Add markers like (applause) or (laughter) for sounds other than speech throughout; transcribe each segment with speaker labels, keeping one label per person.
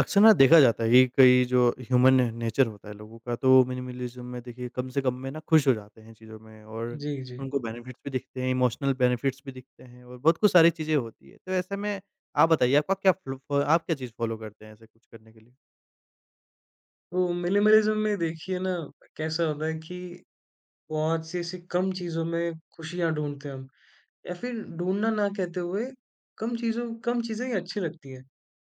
Speaker 1: अक्सर ना देखा जाता है कि कई जो ह्यूमन ने नेचर होता है लोगों का, तो मिनिमलिज़्म में देखिए कम से कम में ना खुश हो जाते हैं चीज़ों में और
Speaker 2: जी, जी।
Speaker 1: उनको बेनिफिट्स भी दिखते हैं, इमोशनल बेनिफिट्स भी दिखते हैं और बहुत कुछ सारी चीज़ें होती हैं। तो ऐसे में आप बताइए आपका क्या फ़्लो फ आप क्या चीज़ फ़ॉलो करते हैं ऐसे कुछ करने के लिए?
Speaker 2: तो मिनिमलिज़्म में देखिए ना, कैसा होता है कि बहुत सी ऐसी कम चीज़ों में खुशियाँ ढूँढते हैं हम, या फिर ढूँढना ना कहते हुए, कम चीज़ें ही अच्छी लगती हैं।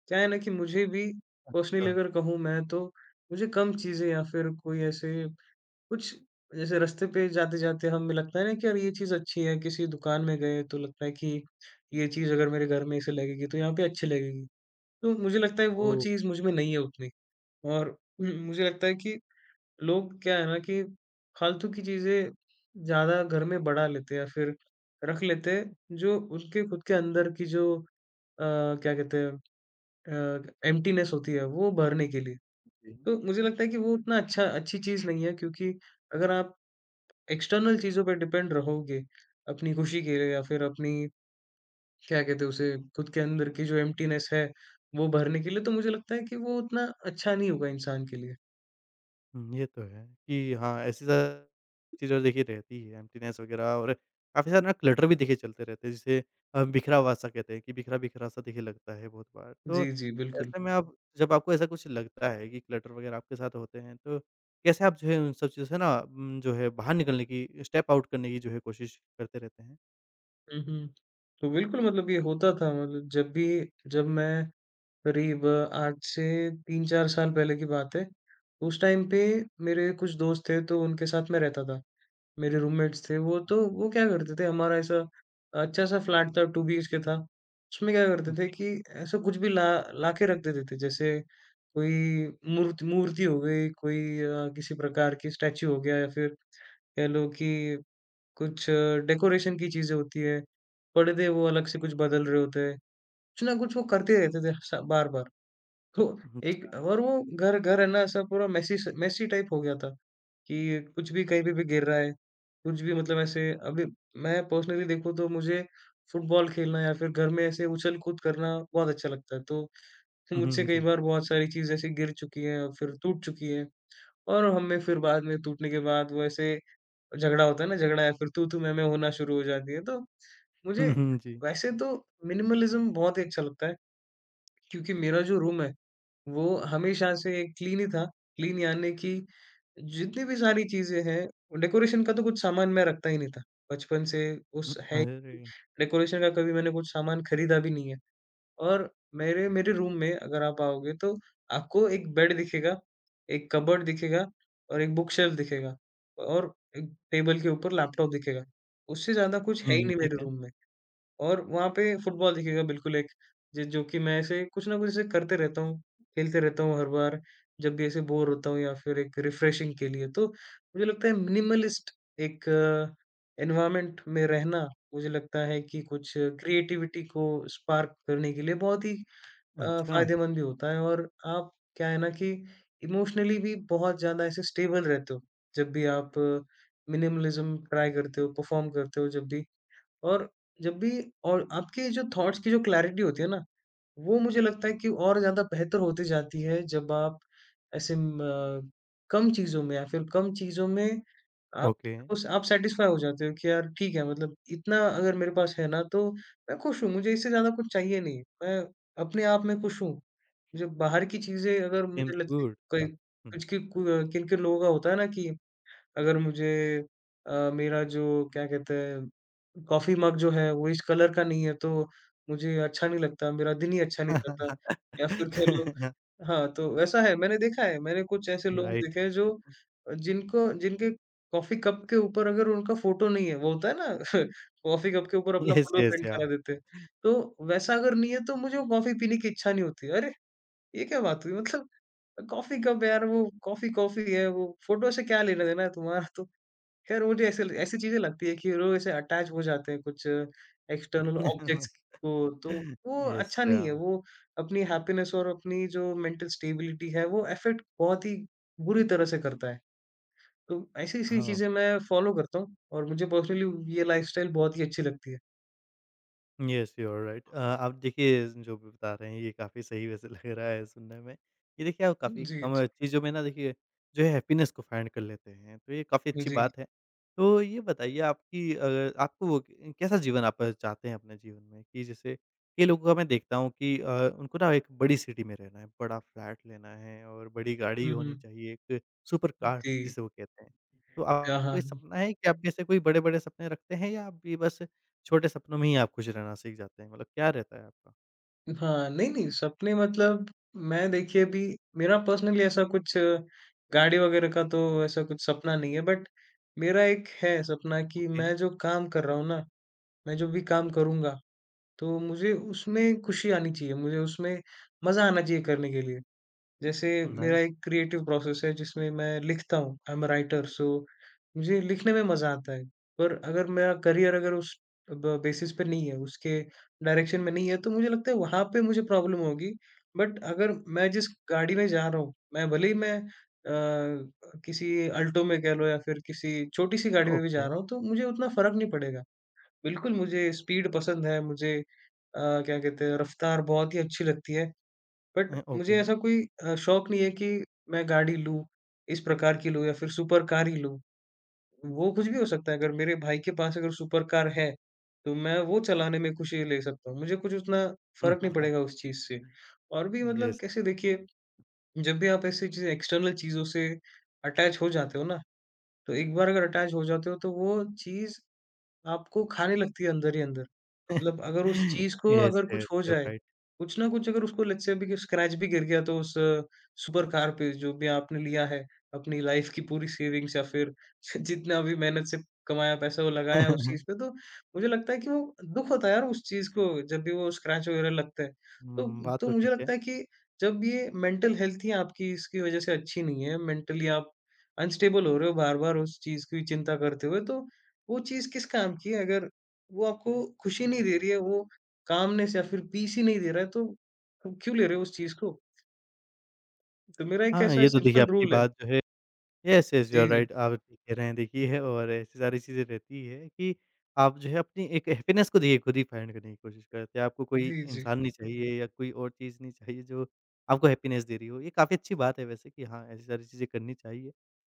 Speaker 2: क्या है ना कि मुझे भी पर्सनली
Speaker 1: अच्छा।
Speaker 2: अगर कहूँ मैं, तो मुझे कम चीज़ें या फिर कोई ऐसे कुछ, जैसे रास्ते पे जाते-जाते हमें लगता है ना कि यार ये चीज़ अच्छी है, किसी दुकान में गए तो लगता है कि ये चीज़ अगर मेरे घर में ऐसे लगेगी तो यहाँ पे अच्छी लगेगी। तो मुझे लगता है वो
Speaker 1: ओह!
Speaker 2: चीज़ मुझ में नहीं है उतनी। और मुझे लगता है कि लोग क्या है ना कि फालतू की चीज़ें ज़्यादा घर में बढ़ा लेते हैं, या फिर रख लेते हैं, जो उसके खुद के अंदर की जो क्या कहते हैं, एम्प्टीनेस होती है, वो भरने के लिए।
Speaker 1: जी।
Speaker 2: तो मुझे लगता है कि वो उतना अच्छी चीज़ नहीं है, क्योंकि अगर आप एक्सटर्नल चीज़ों पे डिपेंड रहोगे अपनी खुशी के लिए, या फिर अपनी, क्या कहते हैं उसे, खुद के अंदर की जो एम्प्टीनेस है, वो भरने के लिए, तो मुझे लगता है कि वो उतना अच्छा नहीं होगा इंसान के लिए।
Speaker 1: हुँ, ये तो है कि हाँ, ऐसी सारी चीज़ें देखिए रहती है, एम्प्टीनेस वग़ैरह और काफ़ी सारे ना क्लटर भी देखिए चलते रहते हैं, जिसे बिखरा हुआ सा कहते हैं कि बिखरा-बिखरा सा देखिए लगता है बहुत बार। तो
Speaker 2: जी, जी, बिल्कुल।
Speaker 1: ऐसे में आप जब आपको ऐसा कुछ लगता है कि क्लटर वग़ैरह आपके साथ होते हैं, तो कैसे आप जो है उन सब चीज़ों से ना जो है बाहर निकलने की, स्टेप आउट करने की जो है कोशिश करते रहते हैं?
Speaker 2: हुँ, हुँ। तो बिल्कुल, मतलब ये होता था, मतलब जब भी, जब मैं, करीब आज से 3-4 साल पहले की बात है, उस टाइम पे मेरे कुछ दोस्त थे, तो उनके साथ मैं रहता था। मेरे रूममेट्स थे वो, तो वो क्या करते थे, हमारा ऐसा अच्छा-सा फ्लैट था, 2 बीएचके था। उसमें क्या करते
Speaker 1: हुँ,
Speaker 2: थे
Speaker 1: जी।
Speaker 2: कि ऐसा कुछ भी ला ला के रख देते थे, जैसे कोई मूर्ति हो गई, कोई किसी प्रकार की स्टैच्यू हो गया, या फिर कह लो कि कुछ डेकोरेशन की चीज़ें होती है, पर्दे वो अलग से कुछ बदल रहे होते हैं, कुछ ना कुछ वो करते रहते थे स बार-बार। तो
Speaker 1: हुँ, अच्छा।
Speaker 2: एक और वो घर घर है ना, ऐसा पूरा मेसी टाइप हो गया था, कि कुछ भी कहीं पे भी गिर रहा है, कुछ भी, मतलब ऐसे अभी मैं पर्सनली देखूँ तो मुझे फुटबॉल खेलना या फिर घर में ऐसे उछल-कूद करना बहुत अच्छा लगता है। तो
Speaker 1: हुँ,
Speaker 2: मुझसे
Speaker 1: हुँ,
Speaker 2: कई
Speaker 1: जी।
Speaker 2: बार बहुत सारी चीज़ ऐसी गिर चुकी हैं और फिर टूट चुकी हैं, और हमें फिर बाद में टूटने के बाद वो ऐसे, झगड़ा होता है ना, झगड़ा या फिर तू-तू, मैं-मैं होना शुरू हो जाती है। तो मुझे,
Speaker 1: हुँ, हुँ, जी।
Speaker 2: वैसे तो मिनिमलिज़्म बहुत ही अच्छा लगता है, क्योंकि मेरा जो रूम है, वो हमेशा से क्लीन ही था। क्लीन यानी कि जितनी भी सारी चीज़ें हैं, डेकोरेशन का तो कुछ सामान मैं रखता ही नहीं था। बचपन से,
Speaker 1: हुँ,
Speaker 2: उस है ही,
Speaker 1: अरे!
Speaker 2: डेकोरेशन का कभी मैंने कुछ सामान खरीदा भी नहीं है। और मेरे मेरे रूम में अगर आप आओगे, तो आपको एक बेड दिखेगा, एक कबर्ड दिखेगा, और एक बुक शेल्फ दिखेगा, और एक टेबल के ऊपर लैपटॉप दिखेगा। उससे ज़्यादा कुछ है ही
Speaker 1: हुँ,
Speaker 2: नहीं
Speaker 1: ठीक
Speaker 2: मेरे
Speaker 1: है।
Speaker 2: रूम में। और वहाँ पे फुटबॉल दिखेगा बिल्कुल एक, ज जो कि मैं ऐसे कुछ ना कुछ ऐसे करते रहता हूँ, खेलते रहता हूँ हर बार, जब भी ऐसे बोर होता हूँ या फिर एक रिफ्रेशिंग के लिए। तो मुझे लगता है मिनिमलिस्ट एक एनवायरनमेंट में रहना, मुझे लगता है कि कुछ क्रिएटिविटी को स्पार्क करने के लिए बहुत ही
Speaker 1: अच्छा।
Speaker 2: फ़ायदेमंद भी होता है, और आप, क्या है ना कि, इमोशनली भी बहुत ज़्यादा ऐसे स्टेबल रहते हो, जब भी आप मिनिमलिज़्म ट्राई करते हो, परफ़ॉर्म करते हो जब भी। और जब भी, और आपके जो थॉट्स की जो क्लैरिटी होती है ना, वो मुझे लगता है कि और ज़्यादा बेहतर होती जाती है, जब आप ऐसे कम चीज़ों में या फिर कम चीज़ों में आप,
Speaker 1: ओके।
Speaker 2: उस आप सैटिस्फाई हो जाते हो कि यार ठीक है, मतलब इतना अगर मेरे पास है ना तो मैं खुश हूँ, मुझे इससे ज़्यादा कुछ चाहिए नहीं। मैं अपने आप में खुश हूँ। जब बाहर की चीज़ें अगर मुझे
Speaker 1: सेम्स
Speaker 2: लगती है
Speaker 1: गुड।
Speaker 2: कोई
Speaker 1: या हुँ।
Speaker 2: कुछ, कि कु किन-किन लोगों का होता है ना कि, अगर मुझे, मेरा जो, क्या कहते हैं, कॉफ़ी मग जो है वो इस कलर का नहीं है, तो मुझे अच्छा नहीं लगता, मेरा दिन ही अच्छा नहीं जाता, या फिर कह लो,
Speaker 1: (laughs)
Speaker 2: हाँ, तो वैसा है, मैंने देखा है, मैंने कुछ ऐसे लोग देखे
Speaker 1: Right.
Speaker 2: हैं, जो जिनको जिनके कॉफ़ी कप के ऊपर अगर उनका फ़ोटो नहीं है, वो होता है ना, (laughs) कॉफ़ी कप के ऊपर अपना
Speaker 1: Yes,
Speaker 2: photo
Speaker 1: yes,
Speaker 2: print
Speaker 1: yeah.
Speaker 2: करा देते हैं, तो वैसा अगर नहीं है तो मुझे वो कॉफ़ी पीने की इच्छा नहीं होती। अरे! ये क्या बात हुई? मतलब कॉफ़ी कप है यार, वो कॉफ़ी, है, वो फ़ोटो से क्या लेना देना है तुम्हारा। तो खैर, मुझे ऐसे ऐसी चीज़ें लगती है कि वो लोग ऐसे अटैच हो जाते हैं कुछ एक्सटर्नल ऑब्जेक्ट्स
Speaker 1: (laughs)
Speaker 2: को, तो वो
Speaker 1: Yes,
Speaker 2: अच्छा नहीं है।
Speaker 1: yeah.
Speaker 2: वो अपनी हैप्पीनेस और अपनी जो मेंटल स्टेबिलिटी है, वो अफ़ेक्ट बहुत ही बुरी तरह से करता है। तो ऐसी-ऐसी
Speaker 1: Huh.
Speaker 2: चीज़ें मैं फ़ॉलो करता हूँ, और मुझे पर्सनली ये लाइफ़स्टाइल बहुत ही अच्छी लगती है।
Speaker 1: Yes, you are right. आप देखिए जो भी बता रहे हैं ये काफ़ी सही वैसे लग रहा है सुनने में। ये देखिए आप
Speaker 2: जी,
Speaker 1: काफ़ी
Speaker 2: जी।
Speaker 1: कम चीज़ों में ना देखिए जो है हैप्पीनेस को फाइंड कर लेते हैं, तो ये काफ़ी अच्छी
Speaker 2: जी।
Speaker 1: बात है। तो ये बताइए आपकी आपको वो कैसा जीवन आप चाहते हैं अपने जीवन में? कि जैसे कई लोगों का मैं देखता हूँ कि उनको ना एक बड़ी सिटी में रहना है, बड़ा फ्लैट लेना है और बड़ी गाड़ी
Speaker 2: हुँ,
Speaker 1: होनी
Speaker 2: हुँ।
Speaker 1: चाहिए, एक सुपर कार
Speaker 2: जी।
Speaker 1: जिसे वो कहते हैं। तो
Speaker 2: हाँ,
Speaker 1: आपको ये
Speaker 2: हाँ।
Speaker 1: सपना है कि आप जैसे कोई बड़े-बड़े सपने रखते हैं या आप भी बस छोटे सपनों में ही आप खुश रहना सीख जाते हैं, मतलब क्या रहता है आपका?
Speaker 2: हाँ, नहीं, नहीं, सपने मतलब, मैं देखिए अभी, मेरा पर्सनली ऐसा कुछ गाड़ी वगैरह का तो ऐसा कुछ सपना नहीं है, बट मेरा एक है सपना, कि
Speaker 1: ओके।
Speaker 2: मैं जो काम कर रहा हूँ ना, मैं जो भी काम करूँगा, तो मुझे उसमें खुशी आनी चाहिए, मुझे उसमें मज़ा आना चाहिए करने के लिए। जैसे मेरा
Speaker 1: नाइस।
Speaker 2: एक क्रिएटिव प्रोसेस है, जिसमें मैं लिखता हूँ, आई एम अ राइटर, सो मुझे लिखने में मज़ा आता है। पर अगर मेरा करियर अगर उस ब बेसिस पे नहीं है, उसके डायरेक्शन में नहीं है, तो मुझे लगता है वहाँ पे मुझे प्रॉब्लम होगी। बट अगर मैं जिस गाड़ी में जा रहा हूँ, मैं भले ही मैं किसी अल्टो में कह लो, या फिर किसी छोटी-सी गाड़ी में भी जा
Speaker 1: ओके।
Speaker 2: रहा हूँ, तो मुझे उतना फ़र्क नहीं पड़ेगा। बिल्कुल मुझे स्पीड पसंद है, मुझे क्या कहते हैं, रफ्तार बहुत ही अच्छी लगती है। बट मुझे
Speaker 1: ओके।
Speaker 2: ऐसा कोई शौक नहीं है कि मैं गाड़ी लूँ, इस प्रकार की लूँ, या फिर सुपर कार ही लूँ। वो कुछ भी हो सकता है, अगर मेरे भाई के पास अगर सुपर कार है, तो मैं वो चलाने में खुशी ले सकता हूँ। मुझे कुछ उतना फ़र्क
Speaker 1: हाँ,
Speaker 2: नहीं
Speaker 1: हाँ।
Speaker 2: पड़ेगा उस चीज़ से। और भी, मतलब
Speaker 1: येस,
Speaker 2: कैसे देखिए, जब भी आप ऐसी चीज़ें, एक्सटर्नल चीज़ों से अटैच हो जाते हो ना, तो एक बार अगर अटैच हो जाते हो, तो वो चीज़ आपको खाने लगती है अंदर ही अंदर। मतलब अगर उस चीज़ को
Speaker 1: येस,
Speaker 2: अगर कुछ
Speaker 1: येस,
Speaker 2: हो
Speaker 1: यू आर (laughs)
Speaker 2: जाए,
Speaker 1: राइट।
Speaker 2: कुछ ना कुछ, अगर उसको लेट्स से अभी स्क्रैच भी गिर गया, तो उस सुपर कार पे जो भी आपने लिया है, अपनी लाइफ़ की पूरी सेविंग्स या फिर (laughs) जितना भी मेहनत से कमाया पैसा, वो लगाया उस चीज़ पे,
Speaker 1: (laughs)
Speaker 2: तो मुझे लगता है कि वो दुःख होता है यार, उस चीज़ को जब भी वो स्क्रैच वगैरह लगता है। तो
Speaker 1: हुँ, बात
Speaker 2: तो
Speaker 1: तो
Speaker 2: मुझे
Speaker 1: ठीक है।
Speaker 2: लगता है कि जब ये मेंटल हेल्थ ही आपकी इसकी वज़ह से अच्छी नहीं है, मेंटली आप अनस्टेबल हो रहे हो बार-बार उस चीज़ की चिंता करते हुए, तो वो चीज़ किस काम की है, अगर वो आपको खुशी नहीं दे रही है, वो कामनेस या फिर पीस ही नहीं दे रहा है, तो तुम क्यों ले रहे हो उस चीज़ को? तो मेरा एक
Speaker 1: हाँ,
Speaker 2: ऐसा
Speaker 1: ये तो देखिए
Speaker 2: सिंपल
Speaker 1: आपकी
Speaker 2: रूल है।
Speaker 1: बात जो है यस, यस, यू आर
Speaker 2: जी, जी।
Speaker 1: राइट। आप ठीक कह रहे हैं देखिए है और ऐसी सारी चीज़ें रहती है कि आप जो है अपनी एक हैप्पीनेस को देखिए खुद ही फाइंड करने की कोशिश करते हैं। आपको कोई
Speaker 2: जी, जी।
Speaker 1: इंसान नहीं चाहिए या कोई और चीज़ नहीं चाहिए जो आपको हैप्पीनेस दे रही हो। ये काफ़ी अच्छी बात है वैसे कि हाँ, ऐसी सारी चीज़ें करनी चाहिए।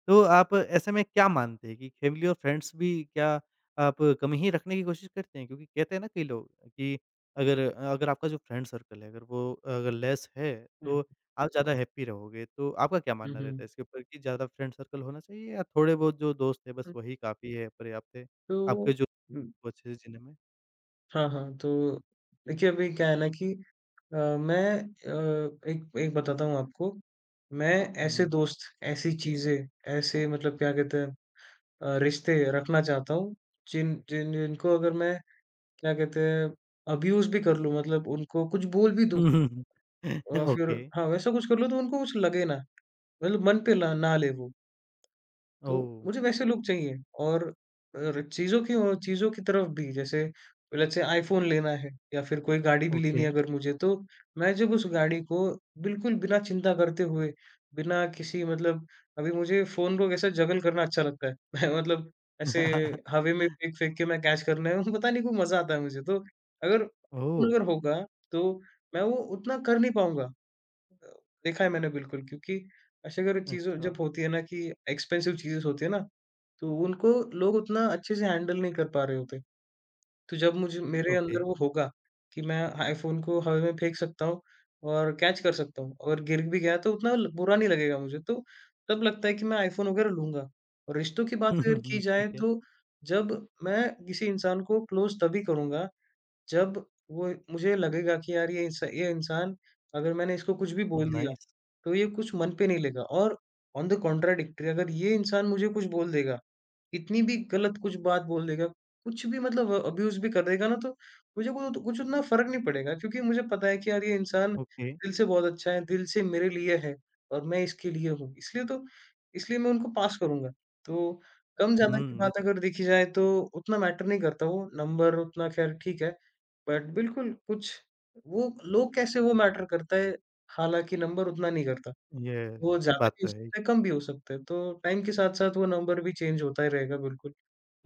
Speaker 1: तो आप ऐसे में क्या मानते हैं कि फैमिली और फ्रेंड्स भी क्या आप कमी ही रखने की कोशिश करते हैं? क्योंकि कहते हैं ना कई लोग कि अगर अगर आपका जो फ्रेंड सर्कल है अगर वो अगर लेस है
Speaker 2: हुँ,
Speaker 1: तो आप ज़्यादा हैप्पी रहोगे, तो आपका क्या
Speaker 2: हुँ,
Speaker 1: मानना रहता है
Speaker 2: हुँ।
Speaker 1: इसके ऊपर कि ज़्यादा फ्रेंड सर्कल होना चाहिए या थोड़े बहुत जो दोस्त हैं बस
Speaker 2: हुँ,
Speaker 1: वही काफ़ी है, पर्याप्त है,
Speaker 2: तो,
Speaker 1: आपके जो
Speaker 2: हुँ,
Speaker 1: को अच्छे से जीने में?
Speaker 2: हाँ, हाँ, तो देखिए अभी क्या है ना कि, मैं एक एक बताता हूँ आपको। मैं ऐसे
Speaker 1: हुँ।
Speaker 2: दोस्त, ऐसी चीज़ें, ऐसे मतलब, क्या कहते हैं, रिश्ते रखना चाहता हूँ, जिन जिन जिनको अगर मैं, क्या कहते हैं, अब्यूज़ भी कर लूँ, मतलब उनको कुछ बोल भी दूँ,
Speaker 1: (laughs)
Speaker 2: और फिर,
Speaker 1: ओके।
Speaker 2: हाँ, वैसा कुछ कर लो तो उनको कुछ लगे ना, मतलब मन पे ला ना ले वो। तो
Speaker 1: ओह!
Speaker 2: मुझे वैसे लोग चाहिए। और चीज़ों की, और चीज़ों की तरफ भी, जैसे लेट्स से आईफ़ोन लेना है या फिर कोई गाड़ी भी
Speaker 1: ओके।
Speaker 2: लेनी है अगर मुझे, तो मैं जब उस गाड़ी को बिल्कुल बिना चिंता करते हुए, बिना किसी, मतलब अभी मुझे फ़ोन को कैसे जगल करना अच्छा लगता है। (laughs) मैं मतलब ऐसे हवा में
Speaker 1: (laughs)
Speaker 2: फेंक-फेंक के मैं कैच करना है, (laughs) पता नहीं क्यों मज़ा आता है मुझे। तो अगर फ़ोन
Speaker 1: ओह!
Speaker 2: अगर होगा, तो मैं वो उतना कर नहीं पाऊँगा। अ, देखा है मैंने बिल्कुल, क्योंकि ऐसे अगर चीज़ों
Speaker 1: अच्छा।
Speaker 2: जब होती है ना कि, एक्सपेंसिव चीज़ें होती है ना, तो उनको लोग उतना अच्छे से हैंडल नहीं कर पा रहे होते। तो जब मुझे मेरे
Speaker 1: ओके।
Speaker 2: अंदर वो होगा कि मैं आईफ़ोन को हवा में फेंक सकता हूँ और कैच कर सकता हूँ, और गिर भी गया तो उतना ल बुरा नहीं लगेगा मुझे, तो तब लगता है कि मैं आईफ़ोन वगैरह लूँगा। और रिश्तों की
Speaker 1: (laughs)
Speaker 2: बात
Speaker 1: हुँ,
Speaker 2: अगर
Speaker 1: हुँ,
Speaker 2: की
Speaker 1: हुँ,
Speaker 2: जाए,
Speaker 1: ठीक है।
Speaker 2: तो जब मैं किसी इंसान को क्लोज़ तभी करूँगा, जब वो मुझे लगेगा कि यार ये इंसान, अगर मैंने इसको कुछ भी बोल दिया,
Speaker 1: नाइस।
Speaker 2: तो ये कुछ मन पे नहीं लेगा और ऑन द कॉन्ट्राडिक्टरी अगर ये इंसान मुझे कुछ बोल देगा, इतनी भी गलत कुछ बात बोल देगा, कुछ भी मतलब अब्यूज़ भी कर देगा ना तो मुझे कुछ कुछ उतना फ़र्क नहीं पड़ेगा क्योंकि मुझे पता है कि यार ये इंसान
Speaker 1: ओके।
Speaker 2: दिल से बहुत अच्छा है, दिल से मेरे लिए है और मैं इसके लिए हूँ। इसलिए मैं उनको पास करूँगा। तो कम-ज़्यादा की
Speaker 1: हुँ, ये
Speaker 2: बात
Speaker 1: तो
Speaker 2: अगर देखी जाए तो उतना मैटर नहीं करता वो नंबर उतना ख़ैर ठीक है। बट बिल्कुल कुछ वो लोग कैसे वो मैटर करता है, हालाँकि नंबर उतना नहीं करता। वो
Speaker 1: यस, ये
Speaker 2: ज़्यादा
Speaker 1: बात
Speaker 2: भी हो
Speaker 1: तो है।
Speaker 2: सकता है, कम भी हो सकता है, तो टाइम के साथ-साथ वो नंबर भी चेंज होता ही रहेगा बिल्कुल,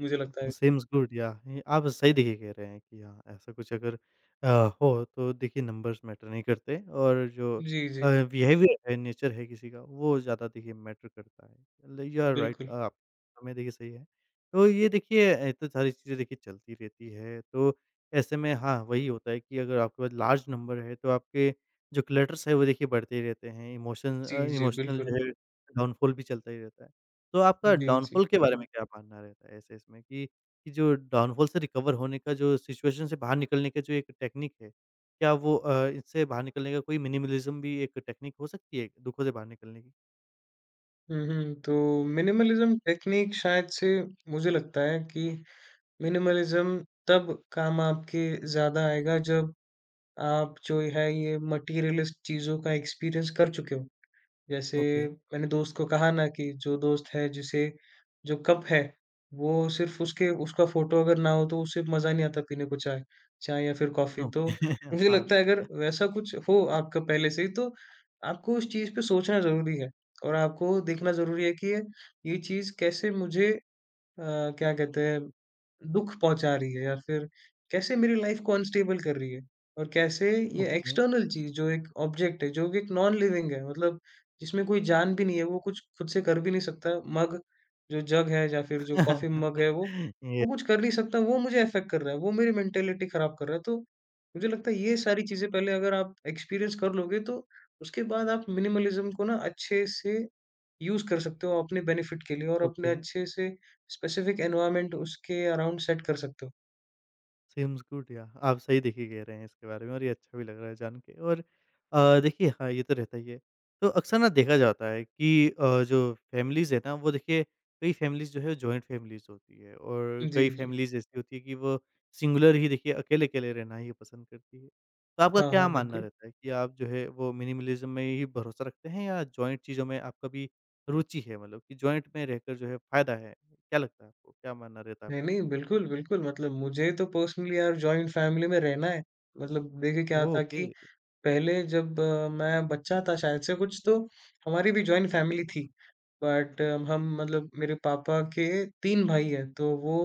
Speaker 2: मुझे लगता है।
Speaker 1: सेम्स गुड या ये आप सही देखिए कह रहे हैं कि हाँ, ऐसा कुछ अगर अ, हो तो देखिए नंबर्स मैटर नहीं करते और जो
Speaker 2: जी, जी,
Speaker 1: बिहेवियर है, नेचर है किसी का वो ज़्यादा देखिए मैटर करता है। You are right.
Speaker 2: बिल्कुल।
Speaker 1: आप हमें देखिए सही है। तो ये देखिए ये तो सारी चीज़ें देखिए चलती रहती है तो ऐसे में हाँ, वही होता है कि अगर आपके पास लार्ज नंबर है तो आपके जो क्लटर्स है वो देखिए बढ़ते ही रहते हैं।
Speaker 2: जी, जी,
Speaker 1: इमोशनल
Speaker 2: बिल्कुल।
Speaker 1: जो है डाउनफॉल भी चलता ही रहता है। तो आपका
Speaker 2: जी, जी।
Speaker 1: डाउनफॉल के बारे में क्या मानना रहता है ऐसे इसमें कि जो डाउनफॉल से रिकवर होने का जो सिचुएशन से बाहर निकलने का जो एक टेक्निक है, क्या वो इससे बाहर निकलने का कोई मिनिमलिज़्म भी एक टेक्निक हो सकती है, दुःखों से बाहर निकलने की?
Speaker 2: हुँ, हुँ, तो मिनिमलिज़्म टेक्नीक शायद से मुझे लगता है कि मिनिमलिज़्म तब काम आपके ज़्यादा आएगा जब आप जो है ये मटीरियलिस्ट चीज़ों का एक्सपीरियंस कर चुके हो। जैसे
Speaker 1: ओके।
Speaker 2: मैंने दोस्त को कहा ना कि जो दोस्त है जिसे जो कप है, वो सिर्फ़ उसके उसका फ़ोटो अगर ना हो तो उसे मज़ा नहीं आता पीने को चाय चाय या फिर कॉफ़ी।
Speaker 1: ओके।
Speaker 2: तो
Speaker 1: (laughs)
Speaker 2: मुझे
Speaker 1: हाँ,
Speaker 2: लगता है अगर वैसा कुछ हो आपका पहले से ही तो आपको उस चीज़ पे सोचना ज़रूरी है और आपको देखना ज़रूरी है कि ये चीज़ कैसे मुझे अ, क्या कहते हैं, दुःख पहुँचा रही है या फिर कैसे मेरी लाइफ़ को अनस्टेबल कर रही है और कैसे ये
Speaker 1: ओके।
Speaker 2: एक्सटर्नल चीज़ जो एक ऑब्जेक्ट है, जो कि एक नॉन लिविंग है मतलब जिसमें कोई जान भी नहीं है, वो कुछ खुद से कर भी नहीं सकता, मग जो जग है या फिर जो कॉफ़ी मग
Speaker 1: (laughs)
Speaker 2: है
Speaker 1: ये
Speaker 2: वो कुछ कर नहीं सकता, वो मुझे अफ़ेक्ट कर रहा है, वो मेरी मेंटालिटी ख़राब कर रहा है। तो मुझे लगता है ये सारी चीज़ें पहले अगर आप एक्सपीरियंस कर लोगे तो उसके बाद आप मिनिमलिज़्म को ना अच्छे से यूज़ कर सकते हो अपने बेनिफिट के लिए और अपने
Speaker 1: ओके।
Speaker 2: अच्छे से स्पेसिफिक एनवायरनमेंट उसके अराउंड सेट कर सकते हो।
Speaker 1: सेम्स गुड या आप सही देखिए कह रहे हैं इसके बारे में और ये अच्छा भी लग रहा है जान के और देखिए हाँ, ये तो रहता ही है। तो अक्सर ना देखा जाता है कि जो फैमिलीज़ है ना वो देखिए कई फैमिलीज़ जो है जॉइंट फैमिलीज़ होती है और
Speaker 2: जी,
Speaker 1: कई
Speaker 2: जी।
Speaker 1: फैमिलीज़ ऐसी होती है कि वो सिंगुलर ही देखिए अकेले-अकेले रहना ही पसंद करती है। तो आपका
Speaker 2: हाँ,
Speaker 1: क्या
Speaker 2: हाँ,
Speaker 1: मानना
Speaker 2: बिल्कुल।
Speaker 1: रहता है कि आप जो है वो मिनिमलिज़्म में ही भरोसा रखते हैं या जॉइंट चीज़ों में आपका भी रुचि है मतलब कि जॉइंट में रहकर जो है फ़ायदा है? क्या लगता है आपको? क्या मानना रहता है
Speaker 2: नहीं,
Speaker 1: आपका?
Speaker 2: नहीं, बिल्कुल, बिल्कुल मतलब मुझे तो पर्सनली यार जॉइंट फैमिली में रहना है। मतलब देखिए क्या
Speaker 1: ओह!
Speaker 2: था
Speaker 1: ओके।
Speaker 2: कि पहले जब मैं बच्चा था शायद से कुछ तो हमारी भी जॉइंट फैमिली थी। बट हम मतलब मेरे पापा के 3 भाई हैं तो वो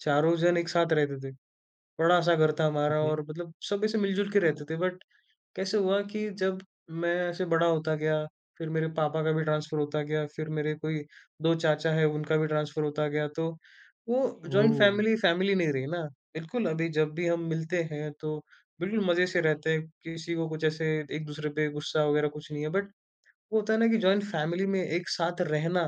Speaker 2: चारों जन एक साथ रहते थे। बड़ा-सा घर था हमारा और मतलब सब ऐसे मिल-जुल के रहते थे बट कैसे हुआ कि जब मैं ऐसे बड़ा होता गया, फिर मेरे पापा का भी ट्रांसफ़र होता गया, फिर मेरे कोई 2 चाचा हैं, उनका भी ट्रांसफ़र होता गया, तो वो जॉइंट
Speaker 1: ओह!
Speaker 2: फ़ैमिली, फ़ैमिली नहीं रही ना। बिल्कुल, अभी जब भी हम मिलते हैं, तो बिल्कुल मज़े से रहते हैं, किसी को कुछ ऐसे एक-दूसरे पे गुस्सा वगैरह कुछ नहीं है। बट वो होता है ना कि जॉइंट फ़ैमिली में एक साथ रहना,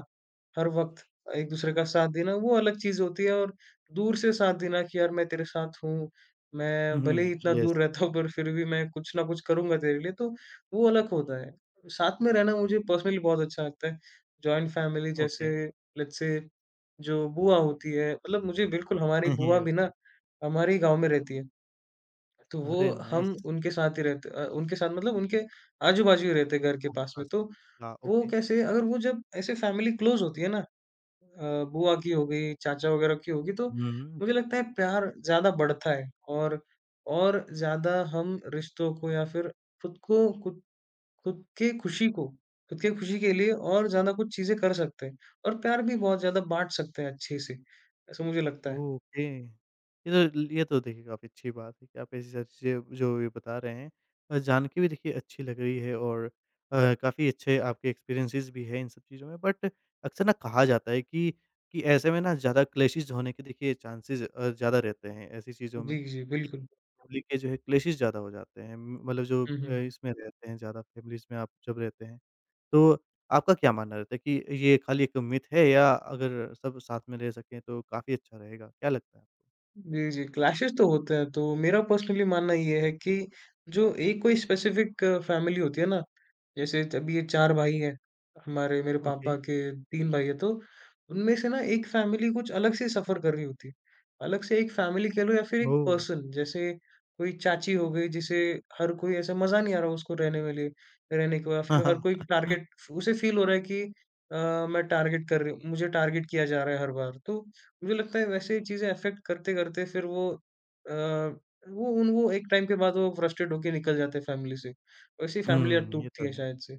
Speaker 2: हर वक़्त एक दूसरे का साथ देना वो अलग चीज़ होती है और दूर से साथ देना कि यार मैं तेरे साथ हूँ, मैं भले ही
Speaker 1: Mhm.
Speaker 2: इतना
Speaker 1: Yes.
Speaker 2: दूर रहता हूँ पर फिर भी मैं कुछ ना कुछ करूँगा तेरे लिए, तो वो अलग होता है। साथ में रहना मुझे पर्सनली बहुत अच्छा लगता है। जॉइंट फैमिली जैसे
Speaker 1: Okay.
Speaker 2: लेट्स से जो बुआ होती है मतलब मुझे बिल्कुल हमारी बुआ
Speaker 1: Okay.
Speaker 2: भी ना
Speaker 1: (laughs)
Speaker 2: हमारे ही गाँव में रहती है। तो वो
Speaker 1: अरे
Speaker 2: हम
Speaker 1: नाइस!
Speaker 2: उनके साथ ही उनके साथ मतलब उनके आजू-बाजू ही रहते हैं घर के पास में।
Speaker 1: आसपास
Speaker 2: तो
Speaker 1: हाँ,
Speaker 2: वो
Speaker 1: ओके।
Speaker 2: कैसे अगर वो जब ऐसे फैमिली क्लोज़ होती है ना बुआ की हो गई, चाचा वगैरह की होगी तो
Speaker 1: हुँ।
Speaker 2: मुझे
Speaker 1: जी।
Speaker 2: लगता है प्यार ज़्यादा बढ़ता है और और ज़्यादा हम रिश्तों को या फिर खुद को खुद खुद के खुशी को खुद के खुशी के लिए और ज़्यादा कुछ चीज़ें कर सकते हैं और प्यार भी बहुत ज़्यादा बाँट सकते हैं अच्छे से, ऐसा मुझे लगता है।
Speaker 1: ओके। ये तो देखिए काफ़ी अच्छी बात है कि आप ऐसी सारी चीज़ें जो ये बता रहे हैं जान के भी देखिए अच्छी लग रही है और काफ़ी अच्छे आपके एक्सपीरियंसेस भी हैं इन सब चीज़ों में। बट अक्सर ना कहा जाता है कि ऐसे में ना ज़्यादा क्लैशेज़ होने के देखिए चांसेज़ ज़्यादा रहते हैं ऐसी चीज़ों में।
Speaker 2: जी, जी, बिल्कुल।
Speaker 1: फैमिली के जो है क्लैशेज़ ज़्यादा हो जाते हैं। मतलब जो
Speaker 2: हुँ, हुँ।
Speaker 1: इसमें रहते हैं ज़्यादा फैमिलीज़ में आप जब रहते हैं। तो आपका क्या मानना रहता है कि ये खाली एक मिथ है या अगर सब साथ में रह सकें तो काफ़ी अच्छा रहेगा? क्या लगता है आपको?
Speaker 2: जी, जी, क्लैशेस तो होते हैं, तो मेरा पर्सनली मानना ये है कि जो एक कोई स्पेसिफिक फैमिली होती है ना, जैसे अभी ये 4 भाई हैं, हमारे मेरे
Speaker 1: ओके।
Speaker 2: पापा के 3 भाई हैं, तो उनमें से ना एक फैमिली कुछ अलग से सफ़र कर रही होती है। अलग से एक फैमिली कह लो या फिर एक
Speaker 1: ओह!
Speaker 2: पर्सन, जैसे कोई चाची हो गई, जिसे हर कोई ऐसा मज़ा नहीं आ रहा उसको रहने में लिए रहने को या
Speaker 1: (laughs)
Speaker 2: फिर हर
Speaker 1: हाँ,
Speaker 2: कोई
Speaker 1: हाँ।
Speaker 2: टारगेट उसे फ़ील हो रहा है कि अ, मैं टारगेट कर रही हूँ मुझे टारगेट किया जा रहा है हर बार, तो मुझे लगता है वैसे ही चीज़ें अफ़ेक्ट करते-करते फिर वो अ, वो उन वो एक टाइम के बाद वो फ्रस्ट्रेट होके निकल जाते हैं फैमिली से। वैसे ही फैमिलियाँ
Speaker 1: हुँ,
Speaker 2: बिल्कुल।
Speaker 1: ये
Speaker 2: टूटती
Speaker 1: तो
Speaker 2: हैं
Speaker 1: है।
Speaker 2: शायद से।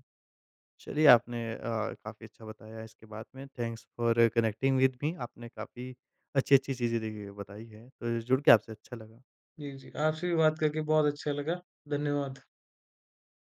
Speaker 1: चलिए आपने काफ़ी अच्छा बताया इसके बाद में। Thanks for connecting with me. आपने काफ़ी अच्छी-अच्छी चीज़ें देखिए बताई है, तो जुड़ के आपसे अच्छा लगा।
Speaker 2: जी, जी। आपसे भी बात करके बहुत अच्छा लगा। धन्यवाद।